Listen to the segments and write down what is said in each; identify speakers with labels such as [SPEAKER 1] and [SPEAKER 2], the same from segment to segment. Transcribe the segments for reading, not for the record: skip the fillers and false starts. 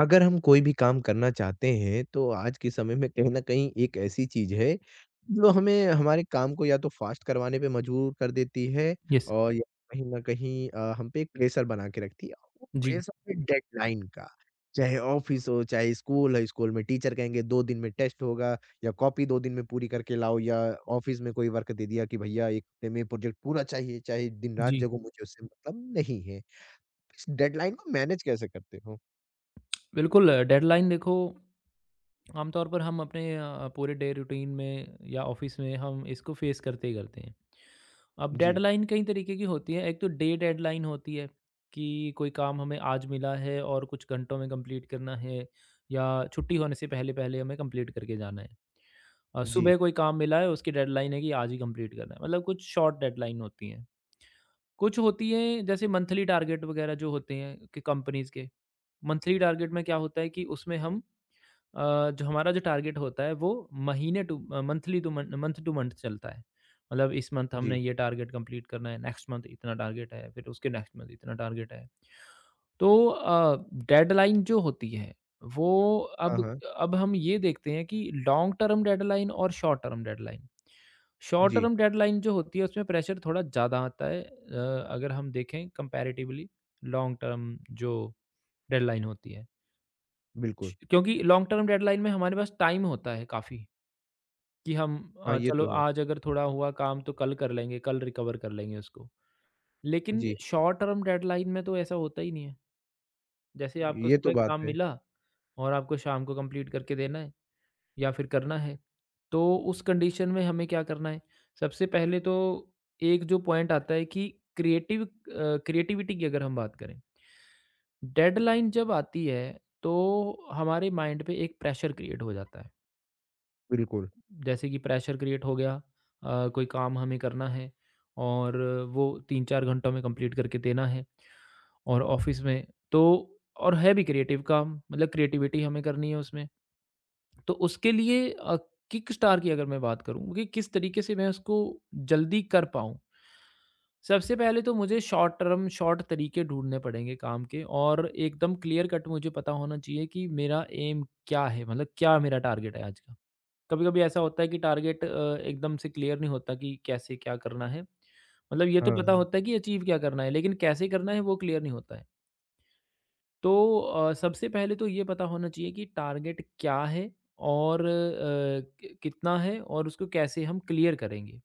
[SPEAKER 1] अगर हम कोई भी काम करना चाहते हैं, तो आज के समय में कहीं न कहीं एक ऐसी चीज़ है, जो हमें हमारे काम को या तो फ़ास्ट करवाने पे मजबूर कर देती है
[SPEAKER 2] यस,
[SPEAKER 1] और या कहीं न कहीं हम पे एक प्रेशर बना के रखती है। वो
[SPEAKER 2] जी,
[SPEAKER 1] प्रेशर है डेडलाइन का, चाहे ऑफ़िस हो, चाहे स्कूल है, स्कूल में टीचर कहेंगे 2 दिन में टेस्ट होगा या कॉपी 2 दिन में पूरी करके लाओ या ऑफ़िस में कोई वर्क दे दिया कि भैया 1 हफ्ते में प्रोजेक्ट पूरा चाहिए, चाहे दिन-रात
[SPEAKER 2] जी।
[SPEAKER 1] जगो मुझे उससे मतलब नहीं है। इस डेडलाइन को मैनेज कैसे करते हो?
[SPEAKER 2] बिल्कुल, डेडलाइन देखो, आमतौर पर हम अपने पूरे डे रूटीन में या ऑफ़िस में हम इसको फ़ेस करते ही करते हैं। अब
[SPEAKER 1] जी।
[SPEAKER 2] डेडलाइन कई तरीके की होती है। एक तो डे डेडलाइन होती है कि कोई काम हमें आज मिला है और कुछ घंटों में कंप्लीट करना है, या छुट्टी होने से पहले-पहले हमें कंप्लीट करके जाना है।
[SPEAKER 1] जी।
[SPEAKER 2] सुबह कोई काम मिला है, उसकी डेडलाइन है कि आज ही कंप्लीट करना है। मतलब कुछ शॉर्ट डेडलाइन होती हैं। कुछ होती हैं जैसे मंथली टारगेट वगैरह, जो होते हैं कि कंपनीज़ के मंथली टारगेट में क्या होता है कि उसमें हम जो हमारा जो टारगेट होता है, वो महीने टू मंथली टू मंथ चलता है। मतलब इस मंथ
[SPEAKER 1] जी।
[SPEAKER 2] हमने ये टारगेट कंप्लीट करना है, नेक्स्ट मंथ इतना टारगेट है, फिर उसके नेक्स्ट मंथ इतना टारगेट है। तो डेडलाइन जो होती है वो,
[SPEAKER 1] हाँ,
[SPEAKER 2] अब
[SPEAKER 1] हाँ।
[SPEAKER 2] अब हम ये देखते हैं कि लॉन्ग टर्म डेडलाइन और शॉर्ट टर्म डेडलाइन, शॉर्ट
[SPEAKER 1] जी।
[SPEAKER 2] टर्म डेडलाइन जो होती है उसमें प्रेशर थोड़ा ज़्यादा आता है, अगर हम देखें कंपैरेटिवली लॉन्ग टर्म जो डेडलाइन होती है।
[SPEAKER 1] बिल्कुल।
[SPEAKER 2] क्योंकि लॉन्ग टर्म डेडलाइन में हमारे पास टाइम होता है काफ़ी, कि हम
[SPEAKER 1] हाँ, ये
[SPEAKER 2] चलो,
[SPEAKER 1] तो है।
[SPEAKER 2] आज अगर थोड़ा हुआ काम तो कल कर लेंगे, कल रिकवर कर लेंगे उसको। लेकिन
[SPEAKER 1] जी।
[SPEAKER 2] शॉर्ट टर्म डेडलाइन में तो ऐसा होता ही नहीं है। जैसे आपको
[SPEAKER 1] ये तो
[SPEAKER 2] सुबह
[SPEAKER 1] बात
[SPEAKER 2] काम
[SPEAKER 1] है।
[SPEAKER 2] मिला और आपको शाम को कंप्लीट करके देना है या फिर करना है, तो उस कंडीशन में हमें क्या करना है? सबसे पहले तो एक जो पॉइंट आता है कि क्रिएटिव अ, क्रिएटिविटी की अगर हम बात करें। डेडलाइन जब आती है, तो हमारे माइंड पे एक प्रेशर क्रिएट हो जाता है।
[SPEAKER 1] बिल्कुल।
[SPEAKER 2] जैसे कि प्रेशर क्रिएट हो गया, कोई काम हमें करना है और वो 3-4 घंटों में कंप्लीट करके देना है, और ऑफिस में तो और है भी क्रिएटिव काम, मतलब क्रिएटिविटी हमें करनी है उसमें। तो उसके लिए किकस्टार की अगर मैं बात करूँ कि किस तरीके से मैं उसको जल्दी कर पाऊँ। सबसे पहले तो मुझे शॉर्ट तरीके ढूँढने पड़ेंगे काम के, और एकदम क्लियर कट मुझे पता होना चाहिए कि मेरा एम क्या है? मतलब क्या मेरा टारगेट है आज का? कभी-कभी ऐसा होता है कि टारगेट एकदम से क्लियर नहीं होता कि कैसे क्या करना है। मतलब ये तो
[SPEAKER 1] हाँ,
[SPEAKER 2] पता
[SPEAKER 1] हाँ।
[SPEAKER 2] होता है कि अचीव क्या करना है, लेकिन कैसे करना है वो क्लियर नहीं होता है। तो सबसे पहले तो ये पता होना चाहिए कि टारगेट क्या है और कि कितना है और उसको कैसे हम क्लियर करेंगे।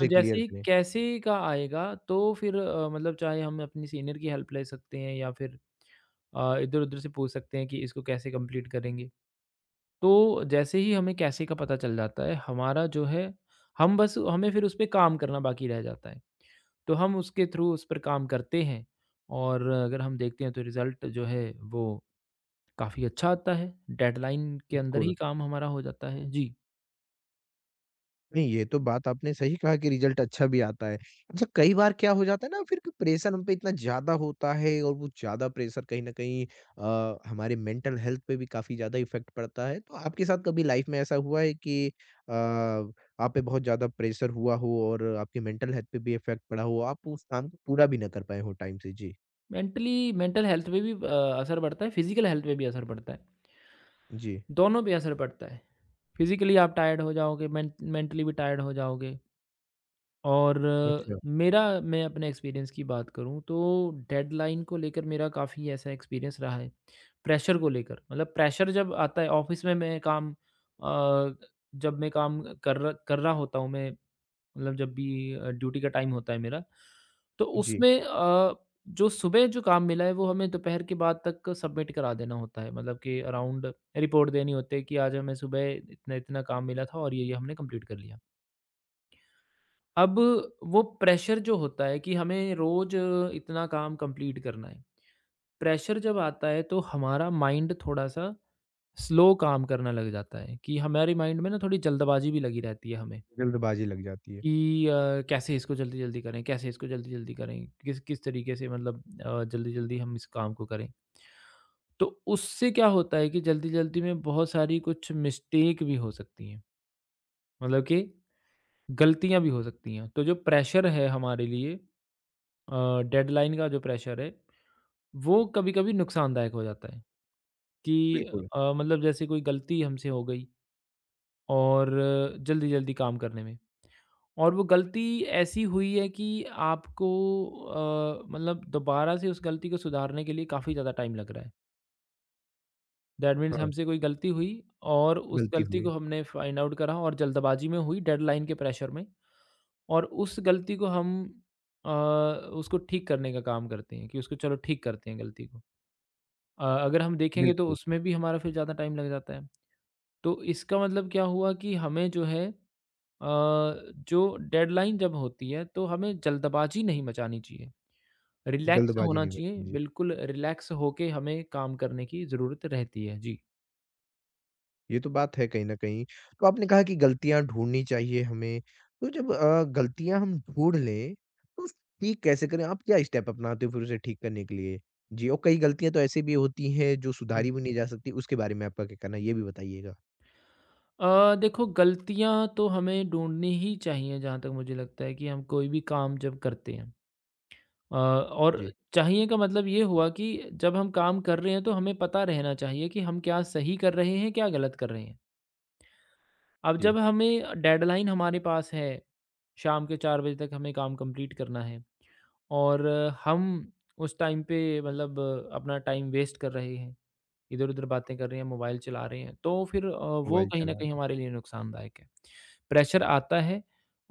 [SPEAKER 2] तो
[SPEAKER 1] क्लियर
[SPEAKER 2] जैसे ही
[SPEAKER 1] करें।
[SPEAKER 2] कैसे का आएगा, तो फिर मतलब चाहे हम अपने सीनियर की हेल्प ले सकते हैं या फिर इधर-उधर से पूछ सकते हैं कि इसको कैसे कंप्लीट करेंगे। तो जैसे ही हमें कैसे का पता चल जाता है, हमारा जो है, हम बस हमें फिर उस पे काम करना बाकी रह जाता है। तो हम उसके थ्रू उस पर काम करते हैं, और अगर हम देखते हैं तो रिज़ल्ट जो है वो काफ़ी अच्छा आता है। डेडलाइन के अंदर ही
[SPEAKER 1] बिल्कुल।
[SPEAKER 2] काम हमारा हो जाता है। जी।
[SPEAKER 1] नहीं, ये तो बात आपने सही कहा कि रिज़ल्ट अच्छा भी आता है। अच्छा कई बार क्या हो जाता है ना फिर कि प्रेशर हम पे इतना ज़्यादा होता है और वो ज़्यादा प्रेशर कहीं न कहीं हमारे मेंटल हेल्थ पे भी काफ़ी ज़्यादा इफ़ेक्ट पड़ता है। तो आपके साथ कभी लाइफ़ में ऐसा हुआ है कि आप पे बहुत ज़्यादा प्रेशर हुआ हो और आपके मेंटल हेल्थ पे भी इफ़ेक्ट पड़ा हो, आप उस काम को पूरा भी ना कर पाए हो टाइम से? जी।
[SPEAKER 2] मेंटल हेल्थ पे भी असर पड़ता है, फिज़िकल हेल्थ पे भी असर पड़ता है।
[SPEAKER 1] जी।
[SPEAKER 2] दोनों पे असर पड़ता है। फिज़िकली आप टायर्ड हो जाओगे, मेंटली भी टायर्ड हो जाओगे। और
[SPEAKER 1] अच्छा।
[SPEAKER 2] मेरा, मैं अपने एक्सपीरियंस की बात करूँ तो डेडलाइन को लेकर मेरा काफ़ी ऐसा एक्सपीरियंस रहा है, प्रेशर को लेकर। मतलब प्रेशर जब आता है ऑफ़िस में, मैं काम जब मैं काम कर रहा होता हूँ मैं, मतलब जब भी ड्यूटी का टाइम होता है मेरा, तो
[SPEAKER 1] जी।
[SPEAKER 2] उसमें जो सुबह जो काम मिला है वो हमें दोपहर के बाद तक सबमिट करा देना होता है। मतलब कि अराउंड रिपोर्ट देनी होती है कि आज हमें सुबह इतना-इतना काम मिला था और ये-ये हमने कंप्लीट कर लिया। अब वो प्रेशर जो होता है कि हमें रोज इतना काम कंप्लीट करना है। प्रेशर जब आता है तो हमारा माइंड थोड़ा-सा स्लो काम करना लग जाता है, कि हमारे माइंड में ना थोड़ी जल्दबाजी भी लगी रहती है हमें,
[SPEAKER 1] जल्दबाज़ी लग जाती है।
[SPEAKER 2] कि कैसे इसको जल्दी-जल्दी करें, कैसे इसको जल्दी-जल्दी करें, किस किस तरीके से, मतलब जल्दी-जल्दी हम इस काम को करें। तो उससे क्या होता है कि जल्दी-जल्दी में बहुत सारी कुछ मिस्टेक भी हो सकती हैं, मतलब कि गलतियाँ भी हो सकती हैं। तो जो प्रेशर है हमारे लिए, डेडलाइन का जो प्रेशर है वो कभी-कभी नुकसानदायक हो जाता है, कि
[SPEAKER 1] बिल्कुल।
[SPEAKER 2] मतलब जैसे कोई गलती हमसे हो गई, और जल्दी-जल्दी काम करने में, और वो गलती ऐसी हुई है कि आपको मतलब दोबारा से उस गलती को सुधारने के लिए काफ़ी ज़्यादा टाइम लग रहा है। दैट मीन्स
[SPEAKER 1] हाँ,
[SPEAKER 2] हमसे कोई गलती हुई, और उस
[SPEAKER 1] गलती
[SPEAKER 2] गलती
[SPEAKER 1] हुई।
[SPEAKER 2] को हमने फाइंड आउट करा, और जल्दबाजी में हुई डेडलाइन के प्रेशर में, और उस गलती को हम अ, उसको ठीक करने का काम करते हैं, कि उसको चलो ठीक करते हैं गलती को। अगर हम देखेंगे तो
[SPEAKER 1] बिल्कुल,
[SPEAKER 2] उसमें भी हमारा फिर ज़्यादा टाइम लग जाता है। तो इसका मतलब क्या हुआ कि हमें जो है, अ, जो डेडलाइन जब होती है तो हमें जल्दबाज़ी नहीं मचानी चाहिए, रिलैक्स
[SPEAKER 1] जल्दबाज़ी
[SPEAKER 2] होना
[SPEAKER 1] नहीं बरतनी
[SPEAKER 2] चाहिए,
[SPEAKER 1] चाहिए।
[SPEAKER 2] बिल्कुल रिलैक्स होके हमें काम करने की ज़रूरत रहती है। जी।
[SPEAKER 1] ये तो बात है कहीं न कहीं। तो आपने कहा कि गलतियाँ ढूँढनी चाहिए हमें, तो जब गलतियाँ हम ढूँढ लें, तो उस ठीक कैसे करें? आप क्या स्टेप अपनाते हो फिर उसे ठीक करने के लिए? जी और कई गलतियाँ तो ऐसी भी होती हैं जो
[SPEAKER 2] हुँ।
[SPEAKER 1] सुधारी भी नहीं जा सकती, उसके बारे में आपका क्या कहना है? ये भी बताइएगा।
[SPEAKER 2] देखो, गलतियाँ तो हमें ढूँढनी ही चाहिए, जहाँ तक मुझे लगता है कि हम कोई भी काम जब करते हैं। और
[SPEAKER 1] जी।
[SPEAKER 2] चाहिए का मतलब ये हुआ कि जब हम काम कर रहे हैं तो हमें पता रहना चाहिए कि हम क्या सही कर रहे हैं, क्या गलत कर रहे हैं। अब
[SPEAKER 1] जी।
[SPEAKER 2] जब हमें डेडलाइन हमारे पास है, शाम के 4 बजे तक हमें काम कंप्लीट करना है, और हम उस टाइम पे मतलब अपना टाइम वेस्ट कर रहे हैं, इधर-उधर बातें कर रहे हैं, मोबाइल चला रहे हैं, तो फिर वो
[SPEAKER 1] मोबाइल
[SPEAKER 2] कहीं न
[SPEAKER 1] चला
[SPEAKER 2] कहीं
[SPEAKER 1] रहे हैं।
[SPEAKER 2] हमारे लिए नुकसानदायक है। प्रेशर आता है,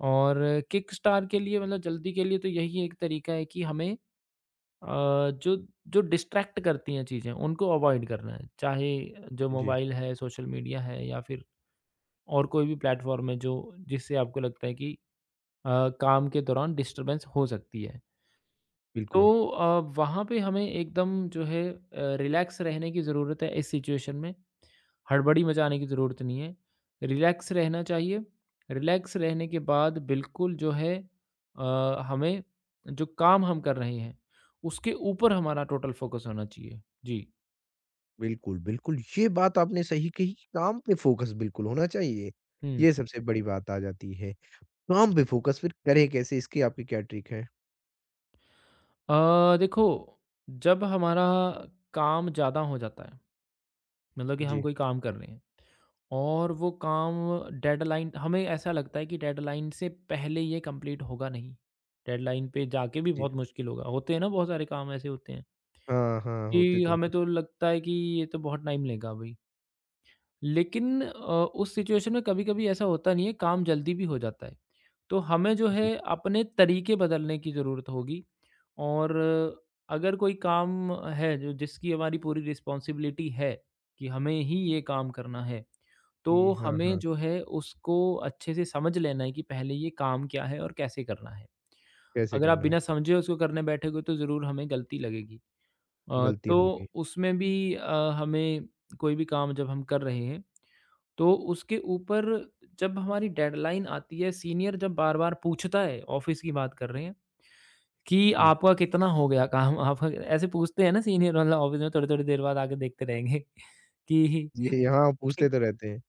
[SPEAKER 2] और किकस्टार के लिए, मतलब जल्दी के लिए, तो यही एक तरीका है कि हमें अ, जो जो डिस्ट्रैक्ट करती हैं चीज़ें, उनको अवॉइड करना है। चाहे जो
[SPEAKER 1] जी।
[SPEAKER 2] मोबाइल है, सोशल मीडिया है, या फिर और कोई भी प्लेटफ़ॉर्म है, जो जिससे आपको लगता है कि काम के दौरान डिस्टर्बेंस हो सकती है। तो
[SPEAKER 1] बिल्कुल।
[SPEAKER 2] वहाँ पे हमें एकदम जो है, रिलैक्स रहने की ज़रूरत है इस सिचुएशन में, हड़बड़ी मचाने की ज़रूरत नहीं है। रिलैक्स रहना चाहिए, रिलैक्स रहने के बाद बिल्कुल जो है, अ, हमें जो काम हम कर रहे हैं, उसके ऊपर हमारा टोटल फ़ोकस होना चाहिए। जी।
[SPEAKER 1] बिल्कुल, बिल्कुल। ये बात आपने सही कही कि काम पे फ़ोकस बिल्कुल होना चाहिए।
[SPEAKER 2] हुँ।
[SPEAKER 1] ये सबसे बड़ी बात आ जाती है। काम पे फ़ोकस फिर करें कैसे इसकी आपकी क्या ट्रिक है?
[SPEAKER 2] देखो, जब हमारा काम ज़्यादा हो जाता है, मतलब कि हम
[SPEAKER 1] जी।
[SPEAKER 2] कोई काम कर रहे हैं और वो काम, डेडलाइन, हमें ऐसा लगता है कि डेडलाइन से पहले ये कंप्लीट होगा नहीं। डेडलाइन पे जाके भी
[SPEAKER 1] जी।
[SPEAKER 2] बहुत मुश्किल होगा। होते हैं ना, बहुत सारे काम ऐसे होते हैं
[SPEAKER 1] हाँ, हाँ,
[SPEAKER 2] कि
[SPEAKER 1] होते तो हैं।
[SPEAKER 2] हमें तो लगता है कि ये तो बहुत टाइम लेगा अभी। लेकिन उस सिचुएशन में कभी-कभी ऐसा होता नहीं है, काम जल्दी भी हो जाता है। तो हमें जो
[SPEAKER 1] जी।
[SPEAKER 2] है अपने तरीके बदलने की ज़रूरत होगी, और अगर कोई काम है जो जिसकी हमारी पूरी रिस्पॉन्सिबिलिटी है कि हमें ही ये काम करना है, तो
[SPEAKER 1] जी। हाँ,
[SPEAKER 2] हमें
[SPEAKER 1] हाँ।
[SPEAKER 2] जो है उसको अच्छे से समझ लेना है कि पहले ये काम क्या है और कैसे करना है।
[SPEAKER 1] कैसे
[SPEAKER 2] अगर आप
[SPEAKER 1] करना है?
[SPEAKER 2] बिना समझे उसको करने बैठोगे, तो ज़रूर हमें गलती लगेगी।
[SPEAKER 1] गलती
[SPEAKER 2] तो
[SPEAKER 1] होगी।
[SPEAKER 2] उसमें भी हमें कोई भी काम जब हम कर रहे हैं तो उसके ऊपर, जब हमारी डेडलाइन आती है, सीनियर जब बार-बार पूछता है, ऑफ़िस की बात कर रहे हैं, कि
[SPEAKER 1] जी।
[SPEAKER 2] आपका कितना हो गया काम? आप ऐसे पूछते हैं ना सीनियर, मतलब ऑफ़िस में थोड़ी-थोड़ी देर बाद आके देखते रहेंगे, कि
[SPEAKER 1] जी हाँ, पूछते तो रहते हैं।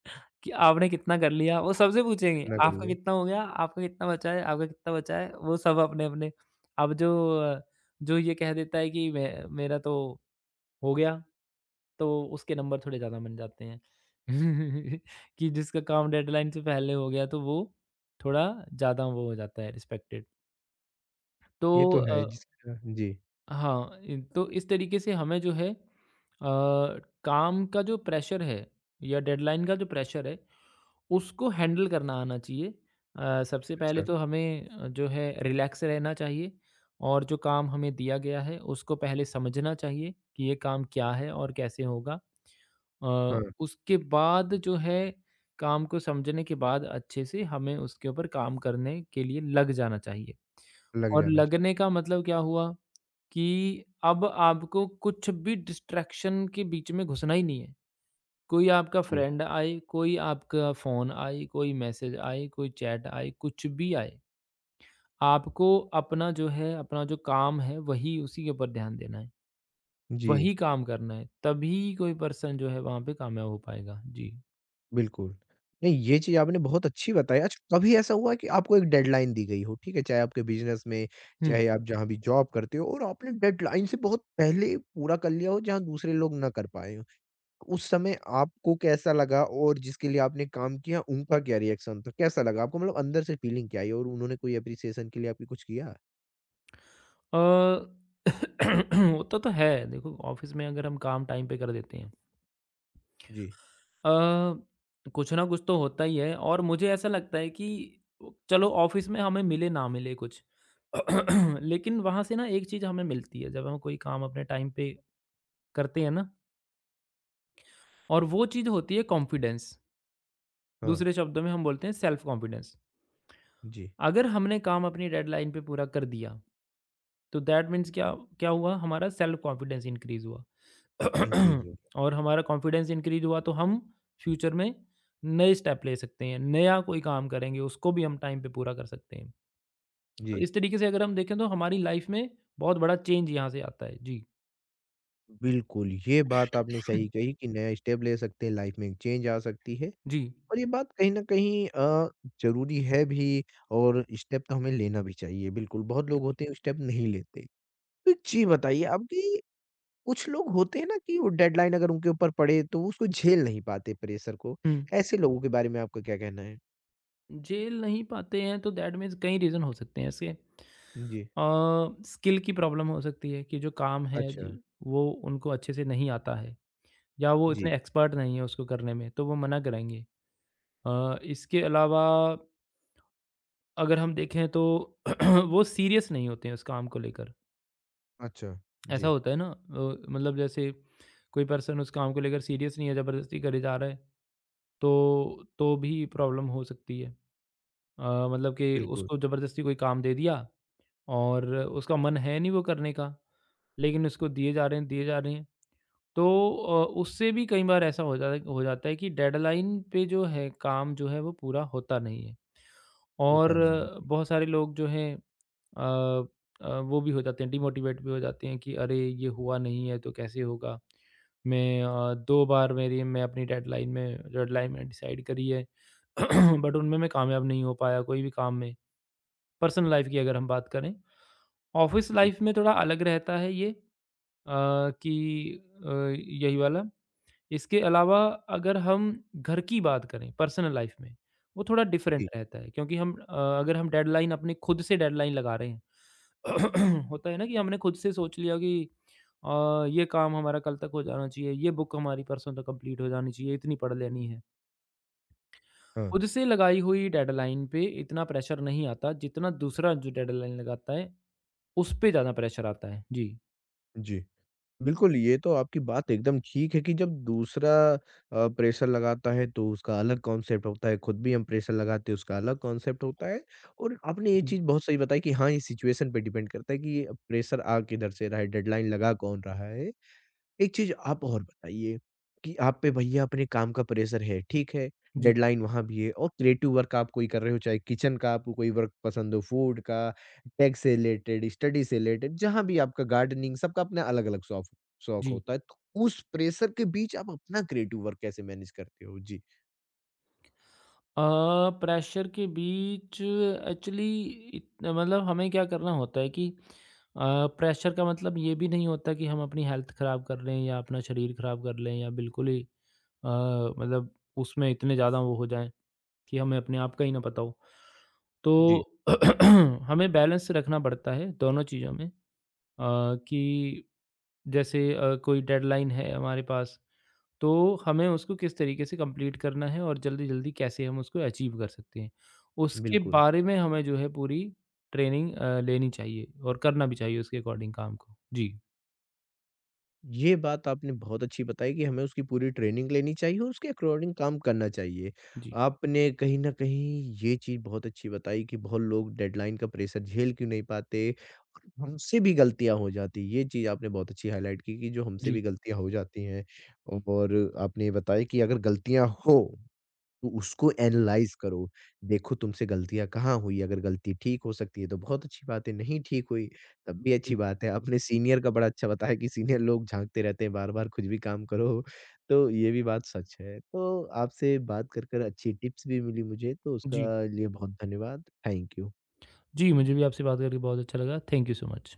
[SPEAKER 2] कि आपने कितना कर लिया? वो सबसे पूछेंगे,
[SPEAKER 1] इतना कर
[SPEAKER 2] आपका
[SPEAKER 1] लिया।
[SPEAKER 2] कितना हो गया? आपका कितना बचा है? आपका कितना बचा है? वो सब अपने-अपने अब जो जो ये कह देता है कि मे मेरा तो हो गया, तो उसके नंबर थोड़े ज़्यादा बन जाते हैं। कि जिसका काम डेडलाइन से पहले हो गया, तो वो थोड़ा ज़्यादा वो हो जाता है रिस्पेक्टेड। तो
[SPEAKER 1] ये तो
[SPEAKER 2] अ
[SPEAKER 1] है जिसका जी।
[SPEAKER 2] हाँ, इन तो इस तरीके से हमें जो है काम का जो प्रेशर है या डेडलाइन का जो प्रेशर है, उसको हैंडल करना आना चाहिए। सबसे पहले
[SPEAKER 1] अच्छा।
[SPEAKER 2] तो हमें जो है रिलैक्स रहना चाहिए और जो काम हमें दिया गया है, उसको पहले समझना चाहिए कि ये काम क्या है और कैसे होगा।
[SPEAKER 1] हाँ।
[SPEAKER 2] उसके बाद जो है काम को समझने के बाद अच्छे से हमें उसके ऊपर काम करने के लिए लग जाना चाहिए।
[SPEAKER 1] लग
[SPEAKER 2] और
[SPEAKER 1] जाना चाहिए।
[SPEAKER 2] लगने का मतलब क्या हुआ कि अब आपको कुछ भी डिस्ट्रैक्शन के बीच में घुसना ही नहीं है। कोई आपका
[SPEAKER 1] जी।
[SPEAKER 2] फ्रेंड आए, कोई आपका फ़ोन आए, कोई मैसेज आए, कोई चैट आए, कुछ भी आए, आपको अपना जो है, अपना जो काम है, वही उसी के ऊपर ध्यान देना है।
[SPEAKER 1] जी।
[SPEAKER 2] वही काम करना है, तभी कोई पर्सन जो है वहाँ पे कामयाब हो पाएगा। जी।
[SPEAKER 1] बिल्कुल। नहीं, ये चीज़ आपने बहुत अच्छी बताई। अच्छा, कभी ऐसा हुआ है कि आपको एक डेडलाइन दी गई हो, ठीक है? चाहे आपके बिज़नेस में,
[SPEAKER 2] हुँ।
[SPEAKER 1] चाहे आप जहाँ भी जॉब करते हो और आपने डेडलाइन से बहुत पहले पूरा कर लिया हो, जहाँ दूसरे लोग ना कर पाए हों। उस समय आपको कैसा लगा और जिसके लिए आपने काम किया, उनका क्या रिएक्शन था? कैसा लगा आपको? मतलब अंदर से फीलिंग क्या आई और उन्होंने कोई एप्रिसिएशन के लिए आपकी कुछ किया?
[SPEAKER 2] अ, होता तो है, देखो ऑफ़िस में अगर हम काम टाइम पे कर देते हैं,
[SPEAKER 1] जी।
[SPEAKER 2] अ, कुछ ना कुछ तो होता ही है और मुझे ऐसा लगता है कि चलो ऑफिस में हमें मिले ना मिले कुछ, लेकिन वहाँ से ना एक चीज़ हमें मिलती है जब हम कोई काम अपने टाइम पे करते हैं ना, और वो चीज़ होती है कॉन्फिडेंस।
[SPEAKER 1] हाँ।
[SPEAKER 2] दूसरे शब्दों में हम बोलते हैं सेल्फ कॉन्फिडेंस।
[SPEAKER 1] जी।
[SPEAKER 2] अगर हमने काम अपनी डेडलाइन पे पूरा कर दिया, तो दैट मीन्स क्या क्या हुआ, हमारा सेल्फ कॉन्फिडेंस इंक्रीज हुआ।
[SPEAKER 1] इंक्रीज़ हो गया।
[SPEAKER 2] और हमारा कॉन्फिडेंस इंक्रीज हुआ तो हम फ्यूचर में नए स्टेप ले सकते हैं, नया कोई काम करेंगे उसको भी हम टाइम पे पूरा कर सकते हैं। तो
[SPEAKER 1] जी।
[SPEAKER 2] इस तरीके से अगर हम देखें तो हमारी लाइफ में बहुत बड़ा चेंज यहाँ से आता है। जी।
[SPEAKER 1] बिल्कुल, ये बात आपने सही कही कि नया स्टेप ले सकते हैं, लाइफ़ में एक चेंज आ सकती है।
[SPEAKER 2] जी,
[SPEAKER 1] और ये बात कहीं न कहीं ज़रूरी है भी और स्टेप तो हमें लेना भी चाहिए बिल्कुल, बहुत लोग
[SPEAKER 2] बिल्कुल।
[SPEAKER 1] होते हैं स्टेप नहीं लेते। तो एक चीज़ बताइए आप कि कुछ लोग होते हैं ना कि वो डेडलाइन अगर उनके ऊपर पड़े तो वो उसको झेल नहीं पाते प्रेशर को,
[SPEAKER 2] हुँ।
[SPEAKER 1] ऐसे लोगों के बारे में आपका क्या कहना है?
[SPEAKER 2] झेल नहीं पाते हैं तो दैट मीन्स कई रीज़न हो सकते हैं इसके।
[SPEAKER 1] जी।
[SPEAKER 2] स्किल की प्रॉब्लम हो सकती है कि जो काम है
[SPEAKER 1] अच्छा।
[SPEAKER 2] ज वो उनको अच्छे से नहीं आता है या वो
[SPEAKER 1] जी।
[SPEAKER 2] इतने एक्सपर्ट नहीं है उसको करने में, तो वो मना कराएँगे। इसके अलावा अगर हम देखें तो वो सीरियस नहीं होते हैं उस काम को लेकर।
[SPEAKER 1] अच्छा।
[SPEAKER 2] ऐसा
[SPEAKER 1] जी।
[SPEAKER 2] होता है ना, मतलब जैसे कोई पर्सन उस काम को लेकर सीरियस नहीं है, ज़बरदस्ती करे जा रहा है, तो तो भी प्रॉब्लम हो सकती है। मतलब कि
[SPEAKER 1] बिल्कुल।
[SPEAKER 2] उसको ज़बरदस्ती कोई काम दे दिया और उसका मन है नहीं वो करने का, लेकिन उसको दिए जा रहे हैं, दिए जा रहे हैं। तो उससे भी कई बार ऐसा हो जाता है कि डेडलाइन पे जो है काम जो है वो पूरा होता नहीं है। और
[SPEAKER 1] होता नहीं है। जी।
[SPEAKER 2] बहुत सारे लोग जो हैं अ वो भी हो जाते हैं, डिमोटिवेट भी हो जाते हैं कि अरे ये हुआ नहीं है तो कैसे होगा। मैं दो बार मेरी मैं अपनी डेडलाइन में डिसाइड करी है, बट उनमें मैं कामयाब नहीं हो पाया कोई भी काम में। पर्सनल लाइफ की अगर हम बात करें, ऑफिस
[SPEAKER 1] जी।
[SPEAKER 2] लाइफ में थोड़ा अलग रहता है ये। अ, कि अ, यही वाला, इसके अलावा अगर हम घर की बात करें पर्सनल लाइफ में, वो थोड़ा डिफरेंट
[SPEAKER 1] जी
[SPEAKER 2] रहता है क्योंकि हम अगर हम डेडलाइन अपने खुद से डेडलाइन लगा रहे हैं, होता है ना कि हमने खुद से सोच लिया कि ये काम हमारा कल तक हो जाना चाहिए, ये बुक हमारी परसों तक कंप्लीट हो जानी चाहिए, इतनी पढ़ लेनी है।
[SPEAKER 1] हाँ,
[SPEAKER 2] खुद से लगाई हुई डेडलाइन पे इतना प्रेशर नहीं आता, जितना दूसरा जो डेडलाइन लगाता है, उस पे ज़्यादा प्रेशर आता है। जी,
[SPEAKER 1] जी। बिल्कुल, ये तो आपकी बात एकदम ठीक है कि जब दूसरा प्रेशर लगाता है तो उसका अलग कॉन्सेप्ट होता है, खुद भी हम प्रेशर लगाते हैं उसका अलग कॉन्सेप्ट होता है और आपने ये
[SPEAKER 2] जी,
[SPEAKER 1] चीज़ बहुत सही बताई कि हाँ, ये सिचुएशन पे डिपेंड करता है कि ये प्रेशर आ किधर से रहा है, डेडलाइन लगा कौन रहा है। एक चीज़ आप और बताइए कि आप पे भैया अपने काम का प्रेशर है, ठीक है,
[SPEAKER 2] जी,
[SPEAKER 1] डेडलाइन वहाँ भी है और क्रिएटिव वर्क आप कोई कर रहे हो, चाहे किचन का आपको कोई वर्क पसंद हो, फूड का, टेक से रिलेटेड, स्टडी से रिलेटेड, जहाँ भी आपका गार्डनिंग सबका अपना अलग-अलग शौफ शौक शौक
[SPEAKER 2] जी।
[SPEAKER 1] होता है। तो उस प्रेशर के बीच आप अपना क्रिएटिव वर्क कैसे मैनेज करते हो? जी।
[SPEAKER 2] अ, प्रेशर के बीच एक्चुअली इत मतलब हमें क्या करना होता है कि प्रेशर का मतलब ये भी नहीं होता कि हम अपनी हेल्थ ख़राब कर लें या अपना शरीर ख़राब कर लें या बिल्कुल ही मतलब उसमें इतने ज़्यादा वो हो जाएँ कि हमें अपने आप का ही ना पता हो। तो
[SPEAKER 1] जी,
[SPEAKER 2] हमें बैलेंस रखना पड़ता है दोनों चीज़ों में। कि जैसे कोई डेडलाइन है हमारे पास, तो हमें उसको किस तरीके से कंप्लीट करना है और जल्दी-जल्दी कैसे हम उसको अचीव कर सकते हैं। उसके
[SPEAKER 1] बिल्कुल।
[SPEAKER 2] बारे में हमें जो है पूरी ट्रेनिंग लेनी चाहिए और करना भी चाहिए उसके अकॉर्डिंग काम को। जी,
[SPEAKER 1] ये बात आपने बहुत अच्छी बताई कि हमें उसकी पूरी ट्रेनिंग लेनी चाहिए और उसके अकॉर्डिंग काम करना चाहिए।
[SPEAKER 2] जी,
[SPEAKER 1] आपने कहीं न कहीं ये चीज़ बहुत अच्छी बताई कि बहुत लोग डेडलाइन का प्रेशर झेल क्यों नहीं पाते और हमसे भी गलतियाँ हो जाती हैं। ये चीज़ आपने बहुत अच्छी हाइलाइट की कि जो हमसे
[SPEAKER 2] जी,
[SPEAKER 1] भी गलतियाँ हो जाती हैं और आपने ये बताया कि अगर गलतियाँ हो तो उसको एनालाइज़ करो। देखो तुमसे गलतियाँ कहाँ हुई, अगर गलती ठीक हो सकती है तो बहुत अच्छी बात है, नहीं ठीक हुई तब भी
[SPEAKER 2] जी,
[SPEAKER 1] अच्छी बात है। अपने सीनियर का बड़ा अच्छा बताया कि सीनियर लोग झाँकते रहते हैं बार-बार कुछ भी काम करो, तो ये भी बात सच है। तो आपसे बात कर अच्छी टिप्स भी मिली मुझे, तो
[SPEAKER 2] जी।
[SPEAKER 1] उसका लिए बहुत धन्यवाद। Thank you.
[SPEAKER 2] जी, मुझे भी आपसे बात करके बहुत अच्छा लगा। Thank you so much.